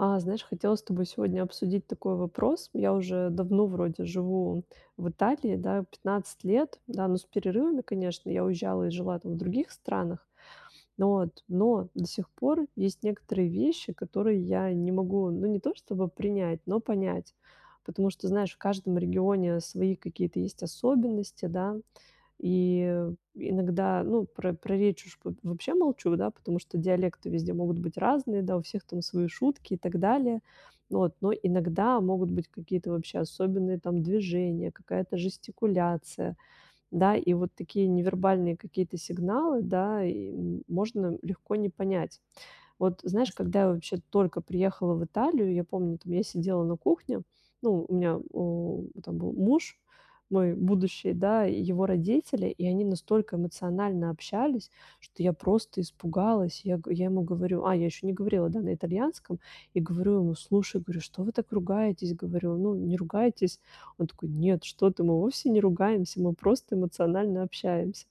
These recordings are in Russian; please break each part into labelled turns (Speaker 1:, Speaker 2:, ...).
Speaker 1: А, знаешь, хотела с тобой сегодня обсудить такой вопрос. Я уже давно вроде живу в Италии, да, 15 лет, да, но с перерывами, конечно, я уезжала и жила там в других странах. Но, вот, но до сих пор есть некоторые вещи, которые я не могу, ну не то чтобы принять, но понять. Потому что, знаешь, в каждом регионе свои какие-то есть особенности, да, и иногда, ну, про речь уж в вообще молчу, да, потому что диалекты везде могут быть разные, да, у всех там свои шутки и так далее. Вот, но иногда могут быть какие-то вообще особенные там движения, какая-то жестикуляция, да, и вот такие невербальные какие-то сигналы, да, и, можно легко не понять. Вот знаешь,
Speaker 2: Ясно,
Speaker 1: когда я вообще только приехала в Италию, я помню, там я сидела на кухне, ну, у меня там был муж, мой будущий, да, и его родители, и они настолько эмоционально общались, что я просто испугалась. Я ему говорю, а, я еще не говорила, да, на итальянском, и говорю ему, слушай, говорю, что вы так ругаетесь? Говорю, ну, не ругайтесь. Он такой, нет, что ты, мы вовсе не ругаемся, мы просто эмоционально общаемся.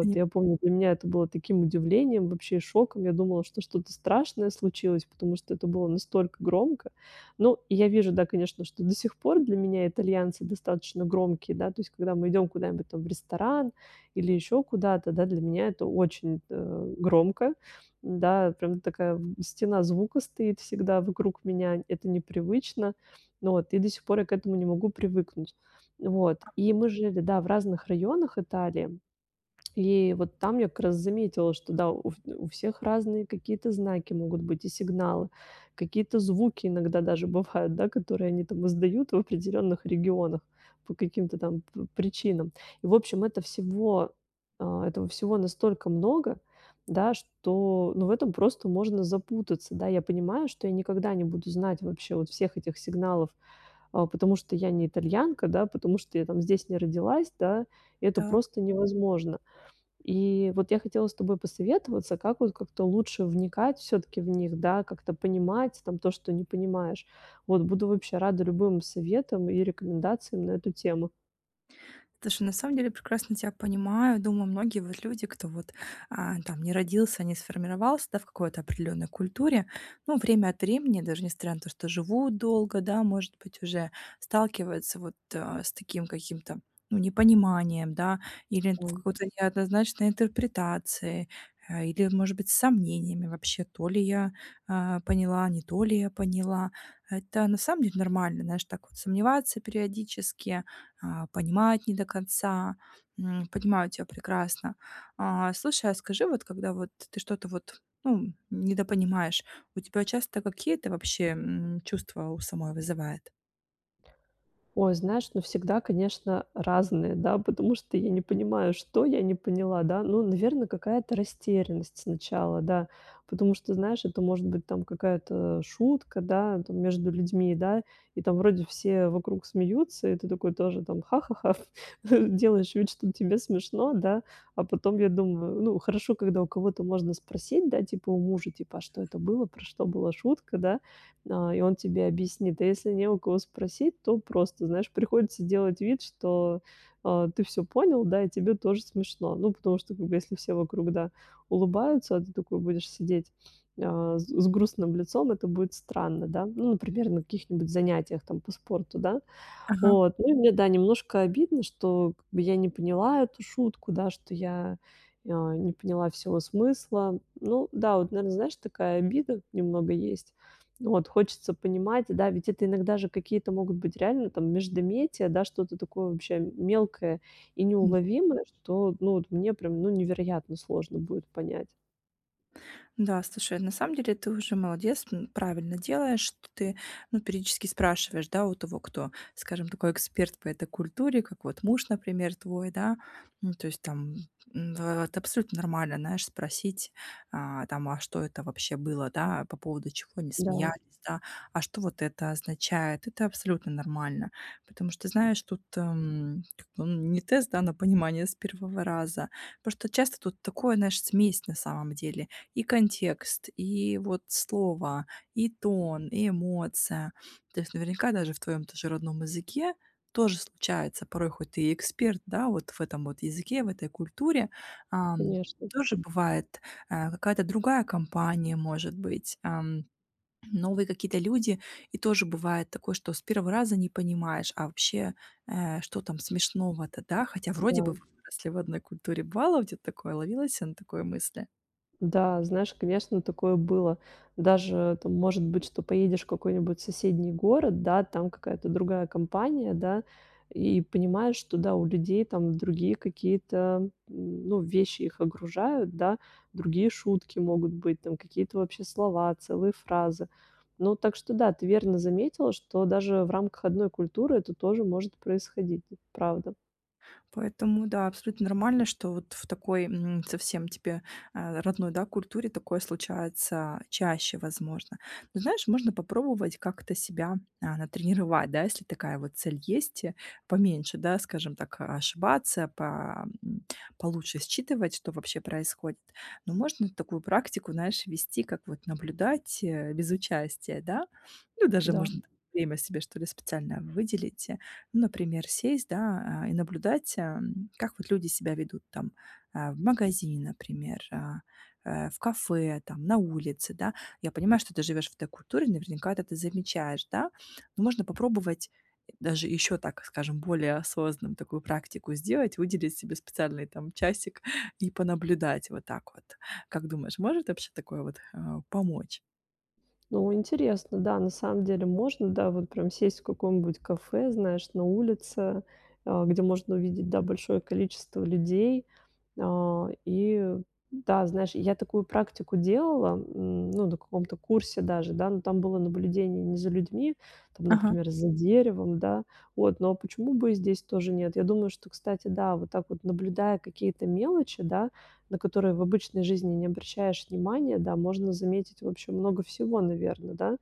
Speaker 2: пони
Speaker 1: я помню, для меня это было таким удивлением, вообще шоком. Я думала, что что-то страшное случилось, потому что это было настолько громко. Ну, и я вижу, да, конечно, что до сих пор для меня итальянцы достаточно громкие, да, то есть когда мы идем куда-нибудь там в ресторан или еще куда-то, да, для меня это очень громко, да, прям такая стена звука стоит всегда вокруг меня, это непривычно, ну вот, и до сих пор я к этому не могу привыкнуть. Вот, и мы жили, да, в разных районах Италии, и вот там я как раз заметила, что да, у всех разные какие-то знаки могут быть и сигналы, какие-то звуки иногда даже бывают, да, которые они там издают в определенных регионах по каким-то там п причинам. И, в общем, этого всего настолько много, да, что, ну, в этом просто можно запутаться, да. Я понимаю, что я никогда не буду знать вообще вот всех этих сигналов, а, потому что я не итальянка, да, потому что я там здесь не родилась, да, и это
Speaker 2: так.
Speaker 1: просто невозможно. И вот я хотела с тобой посоветоваться, как вот как-то лучше вникать все таки в них, да, как-то понимать там то, что не понимаешь. Вот буду вообще рада любым советам и рекомендациям на эту тему.
Speaker 2: Слушай, на самом деле прекрасно тебя понимаю. Думаю, многие вот люди, кто вот, там не родился, не сформировался, да, в какой-то определенной культуре, ну, время от времени, даже несмотря на то, что живут долго, да, может быть, уже сталкиваются вот, с таким каким-то, ну, непониманием, да, или в какой-то неоднозначной интерпретации, или, может быть, с сомнениями вообще, то ли я, поняла, не то ли я поняла. Это на самом деле нормально, знаешь, так вот сомневаться периодически, понимает не до конца. Понимаю тебя прекрасно. Слушай, а скажи, вот когда вот ты что-то вот, ну, недопонимаешь, у тебя часто какие-то вообще, чувства у самой вызывает?
Speaker 1: Ой, знаешь, ну, всегда, конечно, разные, да, потому что я не понимаю, что я не поняла, да. Ну, наверное, какая-то растерянность сначала, да, потому что, знаешь, это может быть там какая-то шутка, да, там между людьми, да, и там вроде все вокруг смеются, и ты такой тоже там ха-ха-ха, делаешь вид, что тебе смешно, да. А потом я думаю, ну, хорошо, когда у кого-то можно спросить, да, типа у мужа, типа: "А что это было? Про что была шутка?" Да. А, и он тебе объяснит. А если не у кого спросить, то просто, знаешь, приходится делать вид, что, ты все понял, да, и тебе тоже смешно. Ну, потому что, как бы, если все вокруг, да, улыбаются, а ты такой будешь сидеть, а, с грустным лицом, это будет странно, да. Ну, например, на каких-нибудь занятиях там по спорту, да,
Speaker 2: Ага.
Speaker 1: вот. Ну и мне, да, немножко обидно, что как бы я не поняла эту шутку, да, что я, не поняла всего смысла. Ну да, вот, наверное, знаешь, такая обида немного есть. Ну вот, хочется понимать, да, ведь это иногда же какие-то могут быть реально там междометия, да, что-то такое вообще мелкое и неуловимое, что, ну, вот мне прям, ну, невероятно сложно будет понять.
Speaker 2: Да, слушай, на самом деле ты уже молодец, правильно делаешь, что ты, ну, периодически спрашиваешь, да, у того, кто, скажем, такой эксперт по этой культуре, как вот муж, например, твой, да, ну, то есть там это абсолютно нормально, знаешь, спросить, там, а что это вообще было, да, по поводу чего они
Speaker 1: Да,
Speaker 2: смеялись, да, а что вот это означает, это абсолютно нормально, потому что, знаешь, тут как бы, не тест, да, на понимание с первого раза, потому что часто тут такое, знаешь, смесь на самом деле, и контекст, и вот слово, и тон, и эмоция. То есть наверняка даже в твоем тоже родном языке тоже случается, порой хоть ты и эксперт, да, вот в этом вот языке, в этой культуре, ам,
Speaker 1: конечно,
Speaker 2: тоже бывает, какая-то другая компания, может быть, новые какие-то люди, и тоже бывает такое, что с первого раза не понимаешь, а вообще, что там смешного-то, да, хотя вроде
Speaker 1: да.
Speaker 2: бы вы выросли в одной культуре. Бывало у тебя такое, ловилась на такой мысли?
Speaker 1: Да, знаешь, конечно, такое было. Даже там, может быть, что поедешь в какой-нибудь соседний город, да, там какая-то другая компания, да, и понимаешь, что, да, у людей там другие какие-то, ну, вещи их огружают, да, другие шутки могут быть, там какие-то вообще слова, целые фразы. Ну, так что да, ты верно заметила, что даже в рамках одной культуры это тоже может происходить, правда,
Speaker 2: Поэтому да, абсолютно нормально, что вот в такой, совсем тебе, родной, да, культуре такое случается чаще, возможно. Но знаешь, можно попробовать как-то себя, натренировать, да, если такая вот цель есть, поменьше, да, скажем так, ошибаться, получше считывать, что вообще происходит. Но можно такую практику, знаешь, вести, как вот наблюдать, без участия, да. Ну, даже
Speaker 1: да.
Speaker 2: можно время себе, что ли, специально выделить. Ну, например, сесть, да, и наблюдать, как вот люди себя ведут там, в магазине, например, в кафе, там, на улице, да. Я понимаю, что ты живешь в этой культуре, наверняка это ты замечаешь, да. Но можно попробовать даже еще так, скажем, более осознанную такую практику сделать, выделить себе специальный там часик и понаблюдать вот так вот. Как думаешь, может вообще такое вот, помочь?
Speaker 1: Ну, интересно, да, на самом деле можно, да, вот прям сесть в каком-нибудь кафе, знаешь, на улице, а, где можно увидеть, да, большое количество людей. А, и да, знаешь, я такую практику делала, ну, на каком-то курсе даже, да, но там было наблюдение не за людьми, там,
Speaker 2: Ага.
Speaker 1: например, за деревом, да, вот, но почему бы и здесь тоже нет? Я думаю, что, кстати, да, вот так вот наблюдая какие-то мелочи, да, на которые в обычной жизни не обращаешь внимания, да, можно заметить вообще много всего, наверное, да.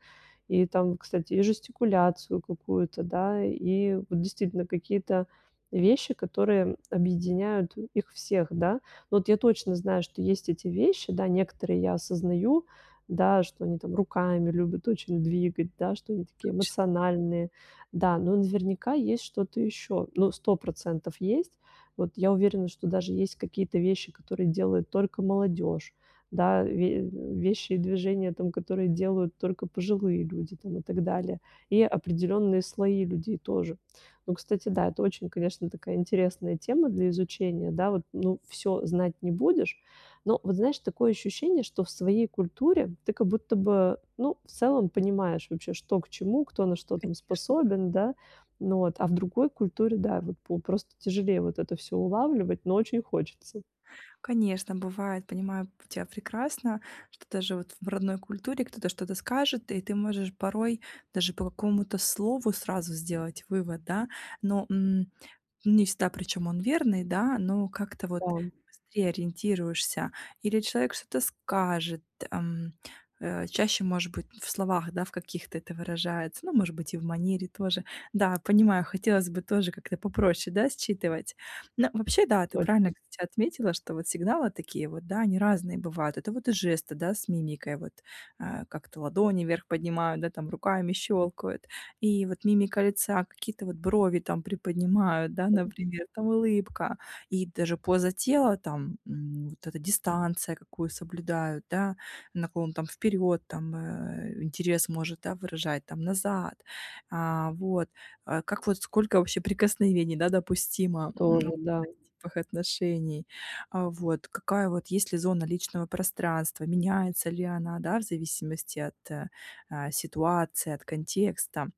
Speaker 1: И там, кстати, и жестикуляцию какую-то, да, и вот действительно какие-то вещи, которые объединяют их всех, да. Но вот я точно знаю, что есть эти вещи, да, некоторые я осознаю, да, что они там руками любят очень двигать, да, что они такие
Speaker 2: Точно.
Speaker 1: эмоциональные, да, но наверняка есть что-то еще, ну, сто процентов есть. Вот я уверена, что даже есть какие-то вещи, которые делает только молодежь, да, ве вещи и движения, там, которые делают только пожилые люди, там, и так далее, и определенные слои людей тоже. Ну, кстати, да, это очень, конечно, такая интересная тема для изучения, да, вот, ну, все знать не будешь, но вот, знаешь, такое ощущение, что в своей культуре ты как будто бы, ну, в целом понимаешь вообще, что к чему, кто на что там способен, да, ну вот, а в другой культуре, да, вот по просто тяжелее вот это все улавливать, но очень хочется.
Speaker 2: Конечно, бывает, понимаю тебя прекрасно, что даже вот в родной культуре кто-то что-то скажет, и ты можешь порой даже по какому-то слову сразу сделать вывод, да. Но не всегда, причем он верный, да, но как-то
Speaker 1: Да,
Speaker 2: вот быстрее ориентируешься. Или человек что-то скажет, ам, чаще, может быть, в словах, да, в каких-то это выражается, ну, может быть, и в манере тоже. Да, понимаю, хотелось бы тоже как-то попроще, да, считывать. Но вообще, да, ты
Speaker 1: точно,
Speaker 2: правильно, кстати, отметила, что вот сигналы такие вот, да, они разные бывают. Это вот и жесты, да, с мимикой, как-то ладони вверх поднимают, да, там руками щелкают. И вот мимика лица, какие-то вот брови там приподнимают, да, например, там улыбка, и даже поза тела, там, вот эта дистанция, какую соблюдают, да, наклон там вперед, там, интерес может, да, выражать, там, назад. А, вот. А, как вот, сколько вообще прикосновений, да, допустимо,
Speaker 1: тоже, да,
Speaker 2: типах отношений. А, вот. Какая вот, есть ли зона личного пространства, меняется ли она, да, в зависимости от, ситуации, от контекста.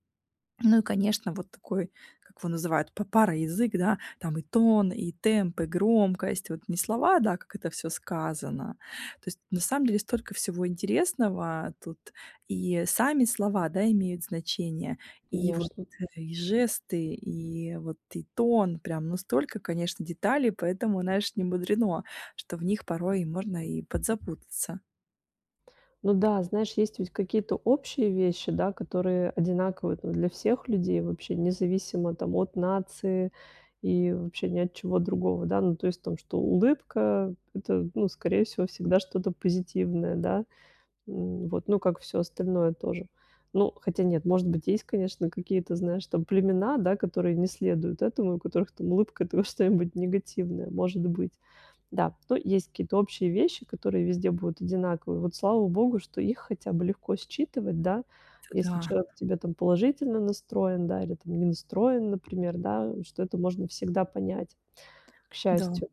Speaker 2: Ну и, конечно, вот такой, как его называют, пароязык, да, там и тон, и темп, и громкость, вот не слова, да, как это все сказано. То есть на самом деле столько всего интересного тут, и сами слова, да, имеют значение, и вот
Speaker 1: конечно.
Speaker 2: э, и жесты, и вот и тон, прям, ну столько, конечно, деталей, поэтому, знаешь, не мудрено, что в них порой можно и подзапутаться.
Speaker 1: Ну да, знаешь, есть ведь какие-то общие вещи, да, которые одинаковые там для всех людей вообще, независимо там от нации и вообще ни от чего другого, да. Ну, то есть там, что улыбка- это, ну, скорее всего, всегда что-то позитивное, да. Вот, ну, как все остальное тоже. Ну, хотя нет, может быть, есть, конечно, какие-то, знаешь, там племена, да, которые не следуют этому, у которых там улыбка- это что-нибудь негативное, может быть. Да, но есть какие-то общие вещи, которые везде будут одинаковые. Вот слава богу, что их хотя бы легко считывать, да. Если
Speaker 2: Да,
Speaker 1: человек к тебе там положительно настроен, да, или там не настроен, например, да, что это можно всегда понять, к
Speaker 2: да.
Speaker 1: счастью.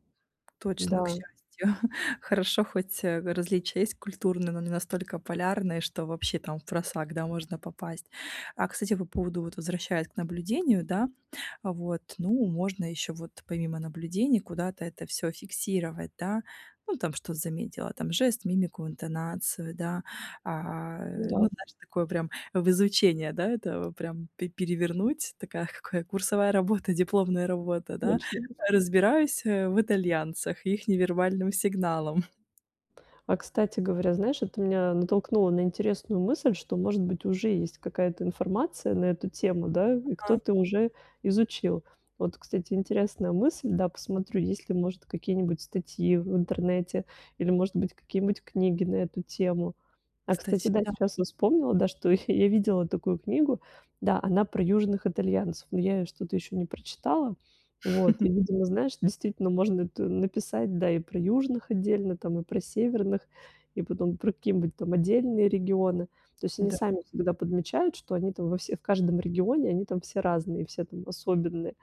Speaker 2: Точно, к
Speaker 1: Да,
Speaker 2: счастью. Хорошо, хоть, различия есть культурные, но не настолько полярные, что вообще там в просак, да, можно попасть. А, кстати, по поводу, вот возвращаясь к наблюдению, да, а вот, ну, можно еще вот помимо наблюдений куда-то это все фиксировать, да. Ну, там что заметила, там жест, мимику, интонацию, да. Ну,
Speaker 1: да,
Speaker 2: знаешь, такое прям в изучение, да, это прям пе перевернуть, такая какая курсовая работа, дипломная работа, да.
Speaker 1: точно.
Speaker 2: Разбираюсь, в итальянцах, их невербальным сигналом.
Speaker 1: А, кстати говоря, знаешь, это меня натолкнуло на интересную мысль, что, может быть, уже есть какая-то информация на эту тему, да, и
Speaker 2: А,
Speaker 1: кто-то уже изучил. Вот, кстати, интересная мысль, да, посмотрю, есть ли, может, какие-нибудь статьи в интернете или, может быть, какие-нибудь книги на эту тему. А, кстати,
Speaker 2: кстати,
Speaker 1: да,
Speaker 2: да.
Speaker 1: сейчас я вспомнила, да, что я видела такую книгу, да, она про южных итальянцев, но я ее что-то еще не прочитала, вот, и, видимо, знаешь, действительно можно это написать, да, и про южных отдельно, там, и про северных, и потом про какие-нибудь там отдельные регионы. То есть они
Speaker 2: Да.
Speaker 1: сами всегда подмечают, что они там во все в каждом регионе, они там все разные, все там особенные.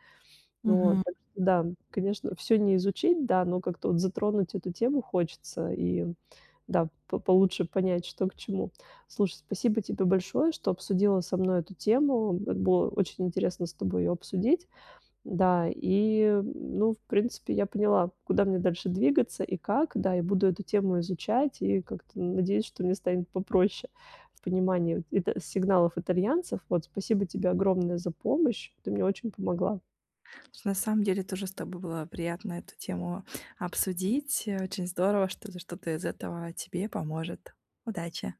Speaker 1: Вот,
Speaker 2: Мгм.
Speaker 1: так что да, конечно, все не изучить, да, но как-то вот затронуть эту тему хочется и, да, по получше понять, что к чему. Слушай, спасибо тебе большое, что обсудила со мной эту тему. Было очень интересно с тобой ее обсудить. Да, и, ну, в принципе, я поняла, куда мне дальше двигаться и как. Да, и буду эту тему изучать и как-то надеюсь, что мне станет попроще в понимании вот ита сигналов итальянцев. Вот, спасибо тебе огромное за помощь. Ты мне очень помогла.
Speaker 2: Слушай, на самом деле тоже с тобой было приятно эту тему обсудить. Очень здорово, что что-то из этого тебе поможет. Удачи!